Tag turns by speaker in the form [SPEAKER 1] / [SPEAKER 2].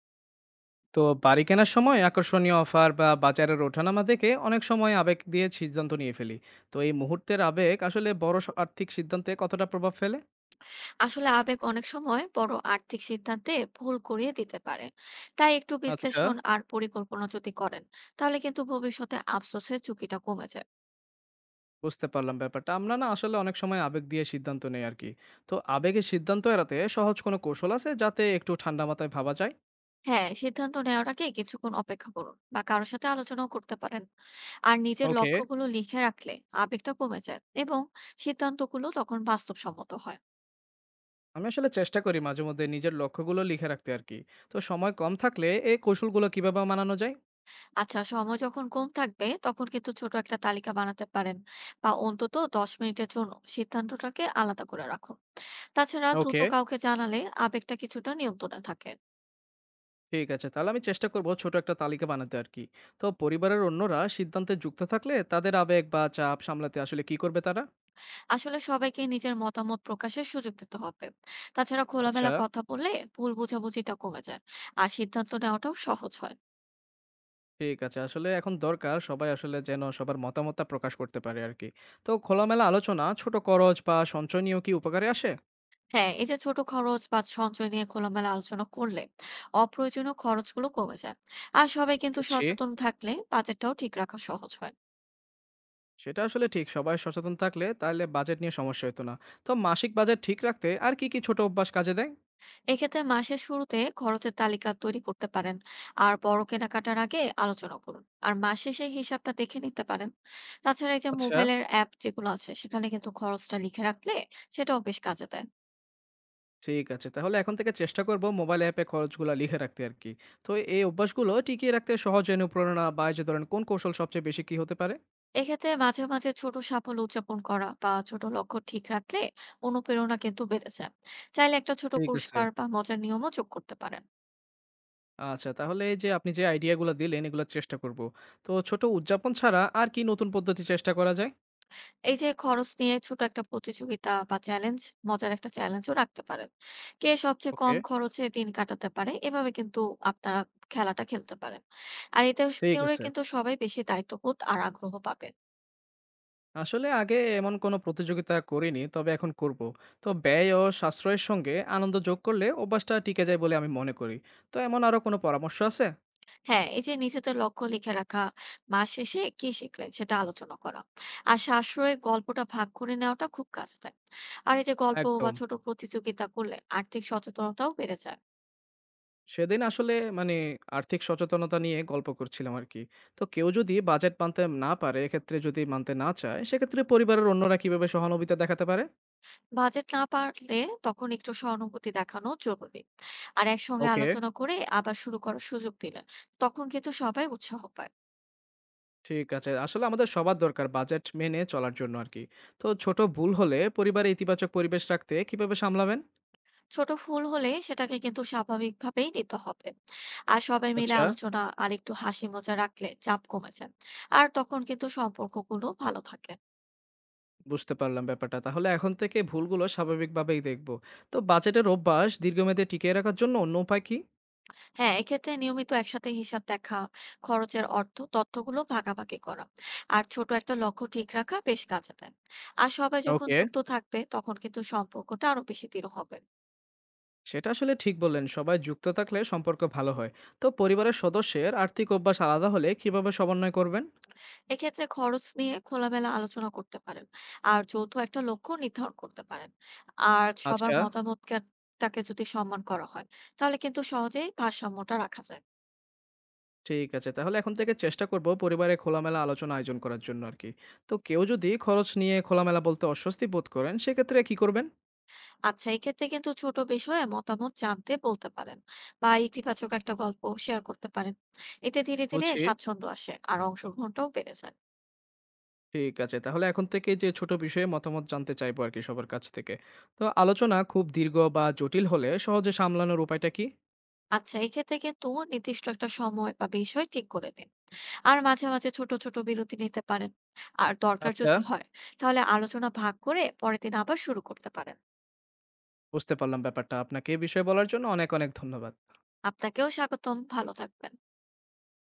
[SPEAKER 1] তো বাড়ি কেনার সময় আকর্ষণীয় অফার বা বাজারের ওঠানামা দেখে অনেক সময় আবেগ দিয়ে সিদ্ধান্ত নিয়ে ফেলি। তো এই মুহূর্তের আবেগ আসলে বড় আর্থিক সিদ্ধান্তে কতটা প্রভাব ফেলে?
[SPEAKER 2] আসলে আবেগ অনেক সময় বড় আর্থিক সিদ্ধান্তে ভুল করিয়ে দিতে পারে। তাই একটু
[SPEAKER 1] আচ্ছা,
[SPEAKER 2] বিশ্লেষণ আর পরিকল্পনা যদি করেন তাহলে কিন্তু ভবিষ্যতে আফসোসের ঝুঁকিটা কমে যায়।
[SPEAKER 1] বুঝতে পারলাম ব্যাপারটা। আমরা না আসলে অনেক সময় আবেগ দিয়ে সিদ্ধান্ত নেই আর কি। তো আবেগের সিদ্ধান্ত এড়াতে সহজ কোনো কৌশল আছে যাতে একটু ঠান্ডা মাথায় ভাবা যায়?
[SPEAKER 2] হ্যাঁ, সিদ্ধান্ত নেওয়ার আগে কিছুক্ষণ অপেক্ষা করুন বা কারোর সাথে আলোচনাও করতে পারেন। আর নিজের
[SPEAKER 1] ওকে।
[SPEAKER 2] লক্ষ্যগুলো লিখে রাখলে আবেগটা কমে যায় এবং সিদ্ধান্তগুলো তখন বাস্তবসম্মত হয়।
[SPEAKER 1] আমি আসলে চেষ্টা করি মাঝে মধ্যে নিজের লক্ষ্যগুলো লিখে রাখতে আর কি। তো সময় কম থাকলে এই কৌশলগুলো কিভাবে মানানো যায়?
[SPEAKER 2] আচ্ছা, সময় যখন কম থাকবে তখন কিন্তু ছোট একটা তালিকা বানাতে পারেন বা অন্তত 10 মিনিটের জন্য সিদ্ধান্তটাকে আলাদা করে রাখুন। তাছাড়া দ্রুত
[SPEAKER 1] ওকে।
[SPEAKER 2] কাউকে জানালে আবেগটা কিছুটা নিয়ন্ত্রণে থাকে।
[SPEAKER 1] ঠিক আছে। তাহলে আমি চেষ্টা করব ছোট একটা তালিকা বানাতে আরকি। তো পরিবারের অন্যরা সিদ্ধান্তে যুক্ত থাকলে তাদের আবেগ বা চাপ সামলাতে আসলে কি করবে তারা?
[SPEAKER 2] আসলে সবাইকে নিজের মতামত প্রকাশের সুযোগ দিতে হবে। তাছাড়া
[SPEAKER 1] আচ্ছা,
[SPEAKER 2] খোলামেলা কথা বললে ভুল বোঝাবুঝিটা কমে যায় আর সিদ্ধান্ত নেওয়াটাও সহজ হয়।
[SPEAKER 1] ঠিক আছে। আসলে এখন দরকার সবাই আসলে যেন সবার মতামতটা প্রকাশ করতে পারে আরকি। তো খোলামেলা আলোচনা ছোট খরচ বা সঞ্চয় নিয়েও কি উপকারে আসে?
[SPEAKER 2] হ্যাঁ, এই যে ছোট খরচ বা সঞ্চয় নিয়ে খোলামেলা আলোচনা করলে অপ্রয়োজনীয় খরচগুলো কমে যায়। আর সবাই কিন্তু
[SPEAKER 1] বুঝছি।
[SPEAKER 2] সচেতন থাকলে বাজেটটাও ঠিক রাখা সহজ হয়।
[SPEAKER 1] সেটা আসলে ঠিক। সবাই সচেতন থাকলে তাহলে বাজেট নিয়ে সমস্যা হতো না। তো মাসিক বাজেট ঠিক রাখতে আর কি, কি ছোট অভ্যাস কাজে দেয়?
[SPEAKER 2] এক্ষেত্রে মাসের শুরুতে খরচের তালিকা তৈরি করতে পারেন আর বড় কেনাকাটার আগে আলোচনা করুন আর মাস শেষে হিসাবটা দেখে নিতে পারেন। তাছাড়া এই যে
[SPEAKER 1] আচ্ছা।
[SPEAKER 2] মোবাইলের অ্যাপ যেগুলো আছে সেখানে কিন্তু খরচটা লিখে রাখলে সেটাও বেশ কাজে দেয়।
[SPEAKER 1] ঠিক আছে। তাহলে এখন থেকে চেষ্টা করব মোবাইল অ্যাপে খরচগুলা লিখে রাখতে আরকি। তো এই অভ্যাসগুলো টিকিয়ে রাখতে সহজ অনুপ্রেরণা বা এই যে ধরেন কোন কৌশল সবচেয়ে বেশি কি হতে পারে?
[SPEAKER 2] এক্ষেত্রে মাঝে মাঝে ছোট সাফল্য উদযাপন করা বা ছোট লক্ষ্য ঠিক রাখলে অনুপ্রেরণা কিন্তু বেড়ে যায়। চাইলে একটা ছোট
[SPEAKER 1] ঠিক আছে।
[SPEAKER 2] পুরস্কার বা মজার নিয়মও যোগ করতে পারেন।
[SPEAKER 1] আচ্ছা, তাহলে এই যে আপনি যে আইডিয়াগুলো দিলেন এগুলো চেষ্টা করব। তো ছোট উদযাপন ছাড়া আর কি নতুন পদ্ধতি চেষ্টা করা যায়?
[SPEAKER 2] এই যে খরচ নিয়ে ছোট একটা প্রতিযোগিতা বা চ্যালেঞ্জ, মজার একটা চ্যালেঞ্জও রাখতে পারেন। কে সবচেয়ে
[SPEAKER 1] ওকে,
[SPEAKER 2] কম খরচে দিন কাটাতে পারে, এভাবে কিন্তু আপনারা খেলাটা খেলতে পারেন। আর এতে স
[SPEAKER 1] ঠিক
[SPEAKER 2] করে
[SPEAKER 1] আছে।
[SPEAKER 2] কিন্তু সবাই বেশি দায়িত্ববোধ আর আগ্রহ পাবে।
[SPEAKER 1] আসলে আগে এমন কোনো প্রতিযোগিতা করিনি, তবে এখন করব। তো ব্যয় ও সাশ্রয়ের সঙ্গে আনন্দ যোগ করলে অভ্যাসটা টিকে যায় বলে আমি মনে করি। তো এমন আরো কোনো পরামর্শ আছে?
[SPEAKER 2] হ্যাঁ, এই যে নিজেদের লক্ষ্য লিখে রাখা, মাস শেষে কি শিখলেন সেটা আলোচনা করা। আর শাশুড়ির গল্পটা ভাগ করে নেওয়াটা খুব কাজে দেয়। আর এই যে গল্প বা
[SPEAKER 1] একদম।
[SPEAKER 2] ছোট প্রতিযোগিতা করলে আর্থিক সচেতনতাও বেড়ে যায়।
[SPEAKER 1] সেদিন আসলে মানে আর্থিক সচেতনতা নিয়ে গল্প করছিলাম আরকি। তো কেউ যদি বাজেট মানতে না পারে, এক্ষেত্রে যদি মানতে না চায়, সেক্ষেত্রে পরিবারের অন্যরা কিভাবে সহানুভূতি দেখাতে পারে?
[SPEAKER 2] বাজেট না পারলে তখন একটু সহানুভূতি দেখানো জরুরি। আর একসঙ্গে
[SPEAKER 1] ওকে,
[SPEAKER 2] আলোচনা করে আবার শুরু করার সুযোগ দিলে তখন কিন্তু সবাই উৎসাহ পায়।
[SPEAKER 1] ঠিক আছে। আসলে আমাদের সবার দরকার বাজেট মেনে চলার জন্য আরকি। তো ছোট ভুল হলে পরিবারে ইতিবাচক পরিবেশ রাখতে কিভাবে সামলাবেন?
[SPEAKER 2] ছোট ভুল হলে সেটাকে কিন্তু স্বাভাবিকভাবেই নিতে হবে। আর সবাই মিলে
[SPEAKER 1] আচ্ছা,
[SPEAKER 2] আলোচনা আর একটু হাসি মজা রাখলে চাপ কমে যায় আর তখন কিন্তু সম্পর্কগুলো ভালো থাকে।
[SPEAKER 1] বুঝতে পারলাম ব্যাপারটা। তাহলে এখন থেকে ভুলগুলো স্বাভাবিকভাবেই দেখব। তো বাজেটের অভ্যাস দীর্ঘমেয়াদে টিকিয়ে রাখার জন্য অন্য উপায় কি?
[SPEAKER 2] হ্যাঁ, এক্ষেত্রে নিয়মিত একসাথে হিসাব দেখা, খরচের অর্থ তথ্যগুলো ভাগাভাগি করা আর ছোট একটা লক্ষ্য ঠিক রাখা বেশ কাজে দেয়। আর সবাই যখন
[SPEAKER 1] ওকে।
[SPEAKER 2] যুক্ত থাকবে তখন কিন্তু সম্পর্কটা আরো বেশি দৃঢ় হবে।
[SPEAKER 1] সেটা আসলে ঠিক বললেন। সবাই যুক্ত থাকলে সম্পর্ক ভালো হয়। তো পরিবারের সদস্যের আর্থিক অভ্যাস আলাদা হলে কিভাবে সমন্বয় করবেন?
[SPEAKER 2] এক্ষেত্রে খরচ নিয়ে খোলামেলা আলোচনা করতে পারেন আর যৌথ একটা লক্ষ্য নির্ধারণ করতে পারেন। আর সবার
[SPEAKER 1] আচ্ছা,
[SPEAKER 2] মতামতকে টাকে যদি সম্মান করা হয় তাহলে কিন্তু সহজেই ভারসাম্যটা রাখা যায়।
[SPEAKER 1] ঠিক আছে। তাহলে এখন থেকে চেষ্টা করব পরিবারে খোলামেলা আলোচনা আয়োজন করার জন্য আরকি। তো কেউ যদি খরচ নিয়ে খোলামেলা বলতে অস্বস্তি বোধ করেন, সেক্ষেত্রে কি করবেন?
[SPEAKER 2] আচ্ছা, এক্ষেত্রে কিন্তু ছোট বিষয়ে মতামত জানতে বলতে পারেন বা ইতিবাচক একটা গল্প শেয়ার করতে পারেন। এতে ধীরে ধীরে
[SPEAKER 1] বুঝি।
[SPEAKER 2] স্বাচ্ছন্দ্য আসে আর অংশগ্রহণটাও বেড়ে যায়।
[SPEAKER 1] ঠিক আছে। তাহলে এখন থেকে যে ছোট বিষয়ে মতামত জানতে চাইবো আরকি সবার কাছ থেকে। তো আলোচনা খুব দীর্ঘ বা জটিল হলে সহজে সামলানোর উপায়টা কি?
[SPEAKER 2] আচ্ছা, এক্ষেত্রে কিন্তু নির্দিষ্ট একটা সময় বা বিষয় ঠিক করে নিন আর মাঝে মাঝে ছোট ছোট বিরতি নিতে পারেন। আর দরকার
[SPEAKER 1] আচ্ছা,
[SPEAKER 2] যদি হয় তাহলে আলোচনা ভাগ করে পরের দিন আবার শুরু করতে পারেন।
[SPEAKER 1] বুঝতে পারলাম ব্যাপারটা। আপনাকে এ বিষয়ে বলার জন্য অনেক, অনেক ধন্যবাদ।
[SPEAKER 2] আপনাকেও স্বাগতম, ভালো থাকবেন।